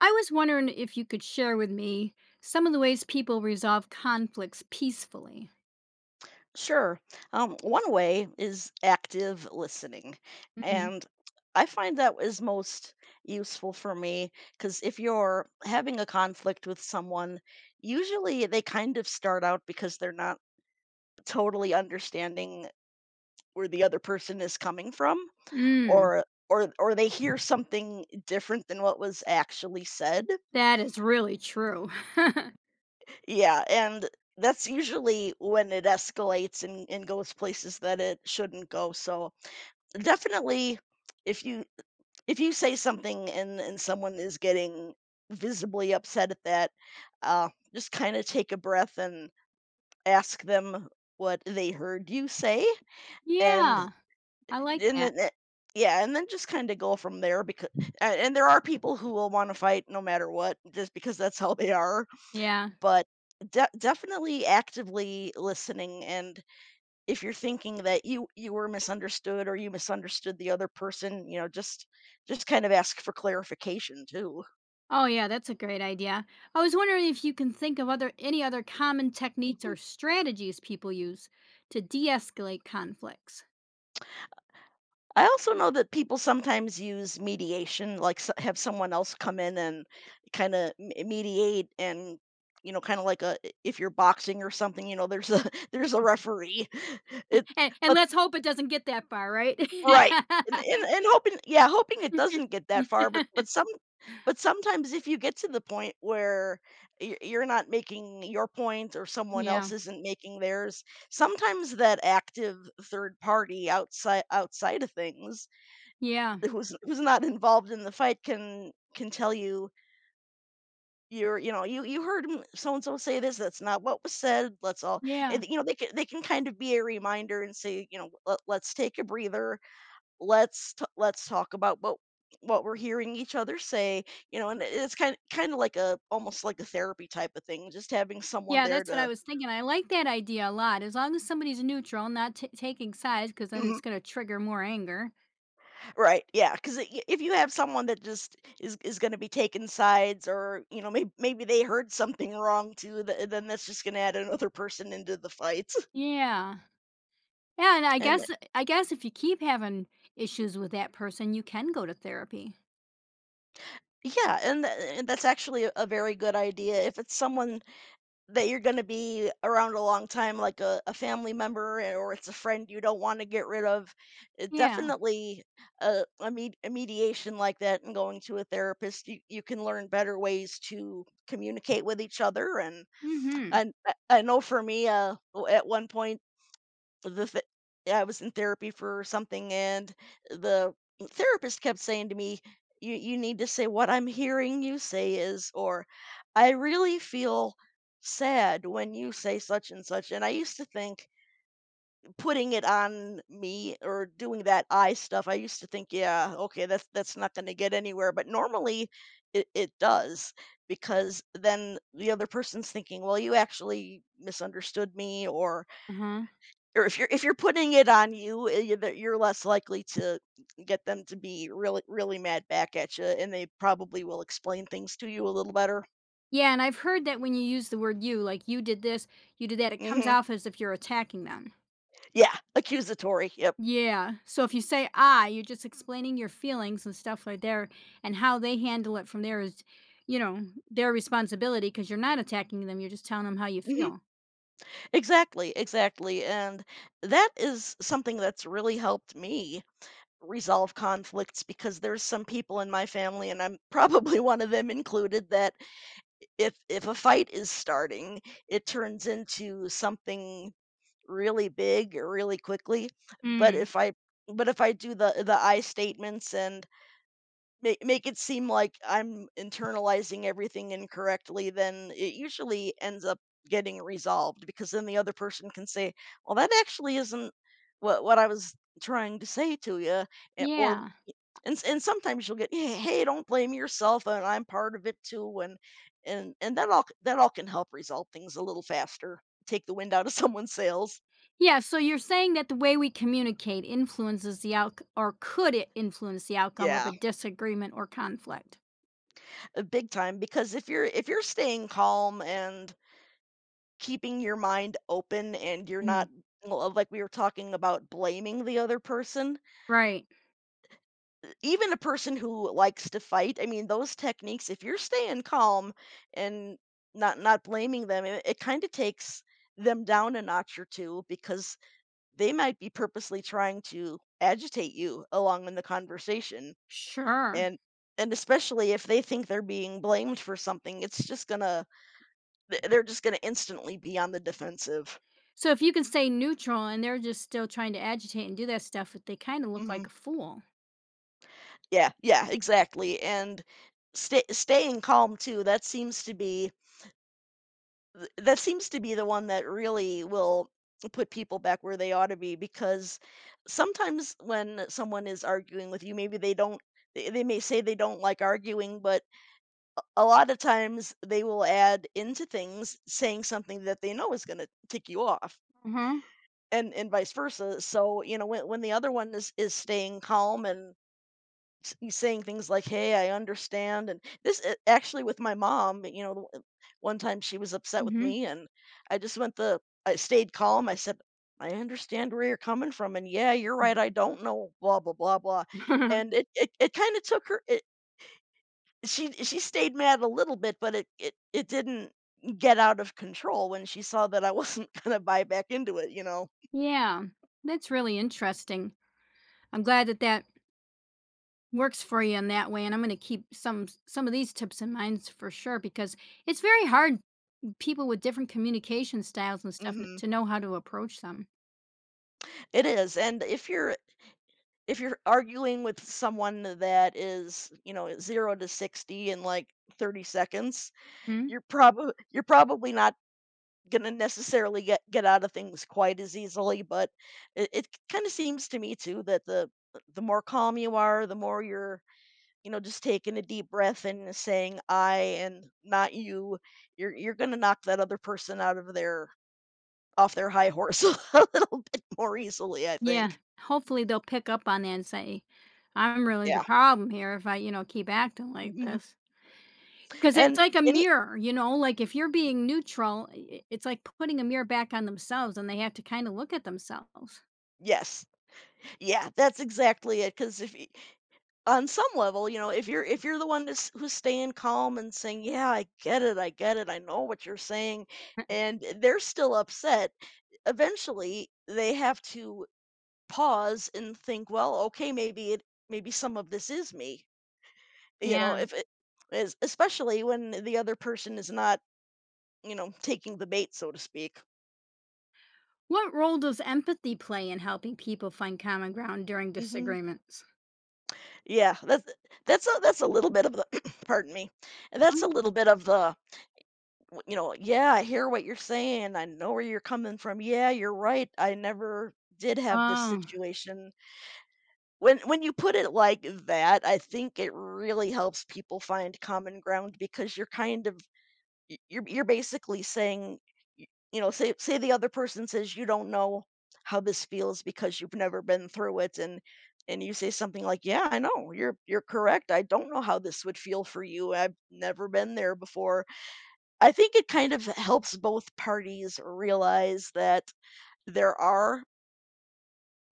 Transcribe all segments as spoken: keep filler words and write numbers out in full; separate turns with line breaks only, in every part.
I was wondering if you could share with me some of the ways people resolve conflicts peacefully.
Sure. Um, one way is active listening.
Mm.
And I find that is most useful for me because if you're having a conflict with someone, usually they kind of start out because they're not totally understanding where the other person is coming from,
Mm.
or or or they hear something different than what was actually said.
That is really true.
Yeah, and that's usually when it escalates and, and goes places that it shouldn't go. So definitely if you if you say something and and someone is getting visibly upset at that, uh just kind of take a breath and ask them what they heard you say, and
Yeah, I like
and
that.
then it- yeah, and then just kind of go from there, because and, and there are people who will want to fight no matter what just because that's how they are,
Yeah.
but de- definitely actively listening. And if you're thinking that you you were misunderstood or you misunderstood the other person, you know, just just kind of ask for clarification too.
Oh yeah, that's a great idea. I was wondering if you can think of other any other common techniques or strategies people use to de-escalate conflicts.
I also know that people sometimes use mediation, like s have someone else come in and kind of mediate. And you know, kind of like a, if you're boxing or something, you know, there's a there's a referee. It
And, and
but
let's hope it doesn't get that far, right?
Right, and and and hoping, yeah, hoping it doesn't get
Yeah.
that far, but but some but sometimes if you get to the point where you're you're not making your point or someone else isn't making theirs, sometimes that active third party, outside outside of things,
Yeah.
who's who's not involved in the fight, can can tell you, you're you know, "You you heard so and so say this, that's not what was said, let's all,"
Yeah.
and, you know, they can, they can kind of be a reminder and say, you know, "Let let's take a breather, let's t- let's talk about what what we're hearing each other say, you know," and it's kind kind of like a, almost like a therapy type of thing, just having someone
Yeah,
there
that's what I
to.
was thinking. I like that idea a lot. As long as somebody's neutral, not t- taking sides, because then it's
Mhm.
going to trigger more anger.
Right, yeah, because if you have someone that just is is going to be taking sides, or you know, maybe maybe they heard something wrong too, th- then that's just going to add another person into the fight.
Yeah. Yeah, and I
And
guess I guess if you keep having issues with that person, you can go to therapy.
yeah, and, th- and that's actually a a very good idea if it's someone that you're gonna be around a long time, like a, a family member, eh, or it's a friend you don't want to get rid of. Uh,
Yeah.
definitely a, a, med- a mediation like that, and going to a therapist, you, you can learn better ways to communicate with each other. And
Mm-hmm.
and I, I know for me, uh, w- at one point the th- yeah, I was in therapy for something, and the therapist kept saying to me, "You you need to say, 'What I'm hearing you say is,'" or, "I really feel sad when you say such and such." And I used to think, putting it on me or doing that I stuff, I used to think, "Yeah, okay, that's that's not going to get anywhere." But normally, it, it does, because then the other person's thinking, "Well, you actually misunderstood me," or
Uh-huh.
or if you're if you're putting it on you, eh, you, that you're less likely to get them to be really really mad back at you, and they probably will explain things to you a little better.
Yeah, and I've heard that when you use the word you, like you did this, you did that, it comes
Mhm.
off as if you're attacking them.
Yeah, accusatory, yep.
Yeah. So if you say I, you're just explaining your feelings and stuff like there and how they handle it from there is, you know, their responsibility because you're not attacking them. You're just telling them how you
Mhm.
feel.
Exactly, exactly, and that is something that's really helped me resolve conflicts, because there's some people in my family, and I'm probably one of them included, that if if a fight is starting, it turns into something really big really quickly. But
Mm.
if I but if I do the the I statements and make, make it seem like I'm internalizing everything incorrectly, then it usually ends up getting resolved, because then the other person can say, "Well, that actually isn't what what I was trying to say to you." Or,
Yeah.
and, s- and sometimes you'll get, "Hey hey, don't blame yourself and I'm part of it too." And and and that all that all can help resolve things a little faster, take the wind out of someone's sails.
Yeah. So you're saying that the way we communicate influences the out, or could it influence the outcome of
Yeah.
a disagreement or conflict?
Uh, big time, because if you're if you're staying calm and keeping your mind open, and you're
Mm.
not, well, like we were talking about, blaming the other person,
Right.
even a person who likes to fight, I mean, those techniques, if you're staying calm and not not blaming them, it, it kind of takes them down a notch or two, because they might be purposely trying to agitate you along in the conversation.
Sure.
And and especially if they think they're being blamed for something, it's just gonna, th- they're just gonna instantly be on the defensive.
So if you can stay neutral and they're just still trying to agitate and do that stuff, they kind of look like
Mhm.
a fool.
Yeah, yeah, exactly. And stay staying calm too, that seems to be, th- that seems to be the one that really will put people back where they ought to be. Because sometimes when someone is arguing with you, maybe they don't, they they may say they don't like arguing, but a lot of times they will add into things, saying something that they know is going to tick you off,
Uh huh.
and and vice versa. So, you know, when when the other one is is staying calm and, s- he's saying things like, "Hey, I understand," and this, a- actually, with my mom. You know, the- one time she was upset with
Mm-hmm.
me, and I just went the, I stayed calm. I said, "I understand where you're coming from, and yeah, you're right. I don't know, blah blah blah blah," and it it, it kind of took her. It, she, she stayed mad a little bit, but it it it didn't get out of control when she saw that I wasn't gonna buy back into it. You know.
Yeah, that's really interesting. I'm glad that that works for you in that way, and I'm going to keep some some of these tips in mind for sure because it's very hard with people with different communication styles and stuff n-
Hmm.
to know how to approach them.
It is, and if you're if you're arguing with someone that is, you know, zero to sixty in like thirty seconds,
Mm?
you're probably, you're probably not gonna necessarily get get out of things quite as easily. But it, it kind of seems to me too that the, the more calm you are, the more you're, you know, just taking a deep breath and saying I and not you, you're you're gonna knock that other person out of their, off their high horse a little bit more easily, I
Yeah,
think.
hopefully they'll pick up on that and say, "I'm really the
Yeah.
problem here if I, you know, keep acting like
Mhm.
this." Because it's
And
like a
any
mirror, you know, like if you're being neutral, i- it's like putting a mirror back on themselves, and they have to kind of look at themselves.
yes. Yeah, that's exactly it. Because if y, on some level, you know, if you're if you're the one that's who's staying calm and saying, "Yeah, I get it, I get it, I know what you're saying," and they're still upset, eventually they have to pause and think, "Well, okay, maybe it, maybe some of this is me." You know,
Yeah.
if it is, especially when the other person is not, you know, taking the bait, so to speak.
What role does empathy play in helping people find common ground during
Mhm.
disagreements?
Yeah, that's, that's a that's a little bit of the pardon me. That's
Mhm.
a little bit of the w- you know, yeah, I hear what you're saying. I know where you're coming from. Yeah, you're right. I never did have this
Oh,
situation. When when you put it like that, I think it really helps people find common ground, because you're kind of, y- you're you're basically saying, y-, you know, say say the other person says, "You don't know how this feels because you've never been through it," and and you say something like, "Yeah, I know. You're you're correct. I don't know how this would feel for you. I've never been there before." I think it kind of helps both parties realize that there are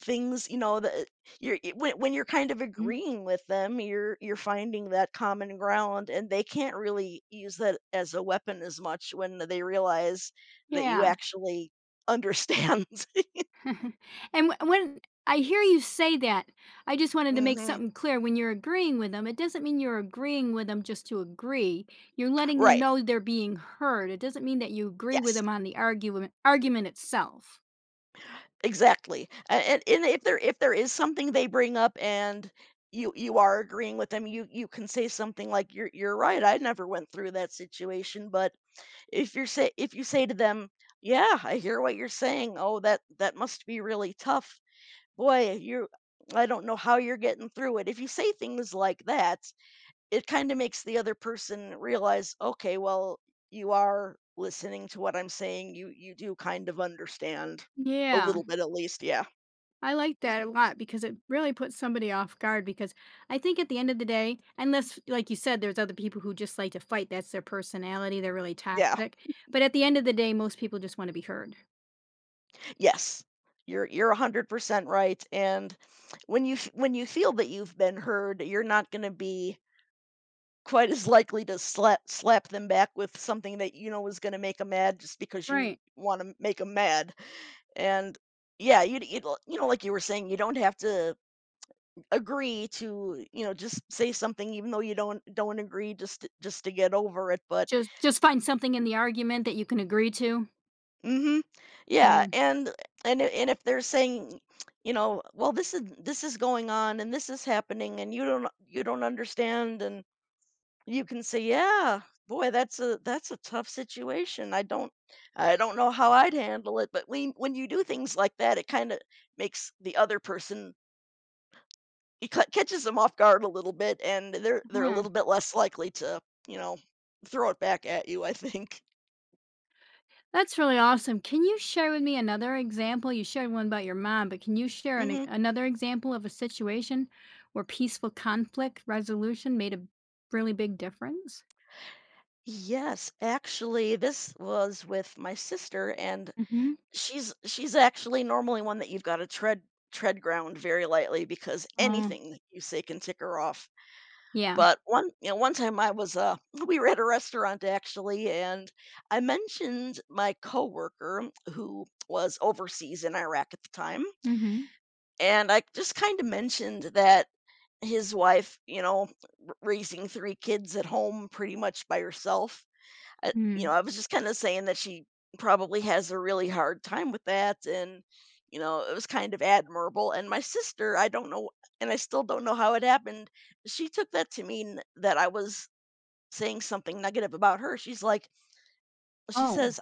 things, you know, that you're, y- when when you're kind of
mhm.
agreeing with them, you're you're finding that common ground, and they can't really use that as a weapon as much when they realize that you
Yeah.
actually understand.
And wh- when I hear you say that, I just wanted to make
Mhm.
something clear. When you're agreeing with them, it doesn't mean you're agreeing with them just to agree. You're letting them
Right.
know they're being heard. It doesn't mean that you agree with
Yes.
them on the argument argument itself.
Exactly, a and and if there if there is something they bring up and you you are agreeing with them, you you can say something like, "You're, you're right, I never went through that situation." But if you're say if you say to them, "Yeah, I hear what you're saying. Oh, that, that must be really tough. Boy, you, I don't know how you're getting through it." If you say things like that, it kinda makes the other person realize, "Okay, well, you are listening to what I'm saying, you you do kind of understand." A
Yeah.
little bit at least, yeah.
I like that a lot because it really puts somebody off guard because I think at the end of the day, unless like you said, there's other people who just like to fight, that's their personality, they're really
Yeah.
toxic. But at the end of the day, most people just want to be heard.
Yes. You're you're one hundred percent right, and when you f when you feel that you've been heard, you're not gonna be quite as likely to slap slap them back with something that you know is gonna make make them mad just because
Right.
you wanna make make them mad, and yeah, you'd you you know, like you were saying, you don't have to agree to, you know, just say something even though you don't don't agree just to just to get over it, but
Just just find something in the argument that you can agree to.
Mhm.
Yeah.
Yeah, and and i- and if they're saying, you know, well, this is this is going on and this is happening and you don't you don't understand and you can say, yeah, boy, that's a that's a tough situation. I don't I don't know how I'd handle it, but when when you do things like that, it kind of makes the other person it ca- catches them off guard a little bit and they're they're a
Yeah.
little bit less likely to, you know, throw it back at you, I think.
That's really awesome. Can you share with me another example? You shared one about your mom, but can you share an,
Mhm.
another example of a situation where peaceful conflict resolution made a really big difference?
Yes, actually, this was with my sister, and
Hmm.
she's she's actually normally one that you've got to tread tread ground very lightly because
Oh,
anything that you say can tick her off.
yeah.
But one, you know, one time I was uh we were at a restaurant actually, and I mentioned my coworker who was overseas in Iraq at the time,
Mhm.
and I just kind of mentioned that his wife, you know, r- raising three kids at home pretty much by herself. I you
Mm.
know, I was just kinda saying that she probably has a really hard time with that, and, you know, it was kind of admirable, and my sister, I don't know and I still don't know how it happened, she took that to mean that I was saying something negative about her, she's like she
Oh.
says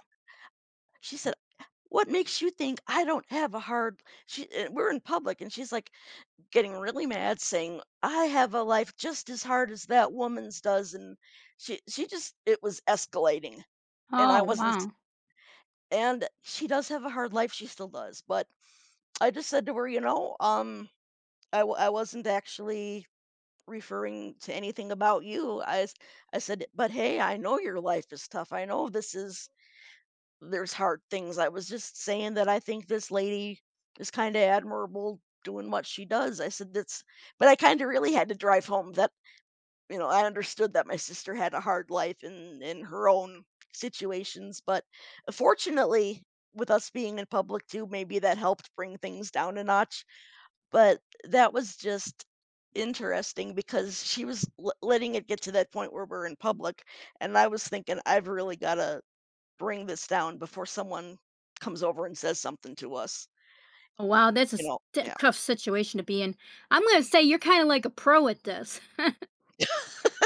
she said, "What makes you think I don't have a hard?" She and we're in public, and she's, like, getting really mad saying, "I have a life just as hard as that woman's does," and she she just it was escalating, and
Oh,
I wasn't.
wow.
And she does have a hard life, she still does, but I just said to her, "You know, um, I w I wasn't actually referring to anything about you." I s I said, "But hey, I know your life is tough. I know this is there's hard things. I was just saying that I think this lady is kinda admirable doing what she does." I said, "That's" but I kinda really had to drive home that you know, I understood that my sister had a hard life in in her own situations, but fortunately, with us being in public too, maybe that helped bring things down a notch. But that was just interesting because she was l- letting it get to that point where we're in public, and I was thinking, I've really got to bring this down before someone comes over and says something to us.
Oh, wow, that's a
You know,
st
yeah.
tough situation to be in. I'm gonna say you're kinda like a pro at this.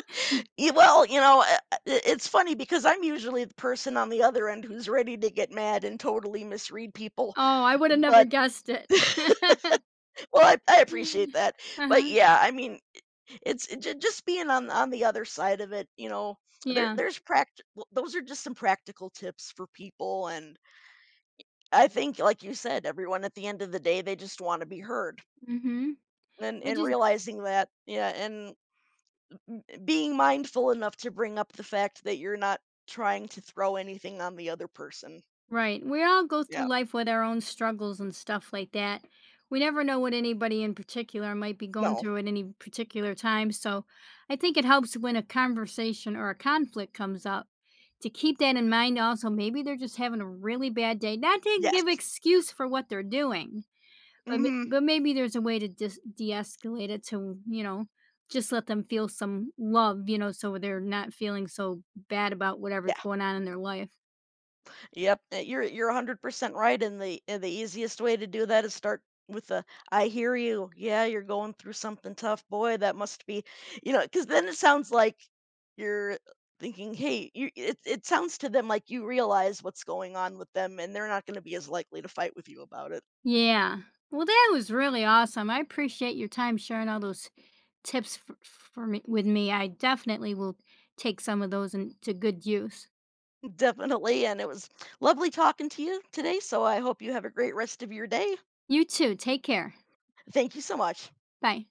Y- Well, you know, uh, uh, i- it's funny because I'm usually the person on the other end who's ready to get mad and totally misread people.
Oh, I woulda never
But
guessed it.
well, I, I appreciate that. But
Uh-huh.
yeah, I mean, it's it, ju- just being on on the other side of it. You know, there
Yeah.
there's pract. Well, Those are just some practical tips for people, and I think, like you said, everyone at the end of the day, they just want to be heard.
Mhm.
And
It
and
just.
realizing that, yeah, and being mindful enough to bring up the fact that you're not trying to throw anything on the other person.
Right. We all go through
Yeah.
life with our own struggles and stuff like that. We never know what anybody in particular might be going
No.
through at any particular time. So I think it helps when a conversation or a conflict comes up to keep that in mind. Also, maybe they're just having a really bad day, not to give
Yes.
excuse for what they're doing, but, ma-
Mhm.
but maybe there's a way to dis- de escalate it to, you know, just let them feel some love, you know, so they're not feeling so bad about whatever's
Yeah.
going on in their life.
Yep. Uh, You're you're one hundred percent right and the and the easiest way to do that is start with a "I hear you. Yeah, you're going through something tough. Boy, that must be, you know," cuz then it sounds like you're thinking, "Hey, you it it sounds to them like you realize what's going on with them and they're not going to be as likely to fight with you about it."
Yeah. Well, that was really awesome. I appreciate your time sharing all those tips for, for me with me. I definitely will take some of those into good use.
Definitely. And it was lovely talking to you today. So I hope you have a great rest of your day.
You too. Take care.
Thank you so much.
Bye.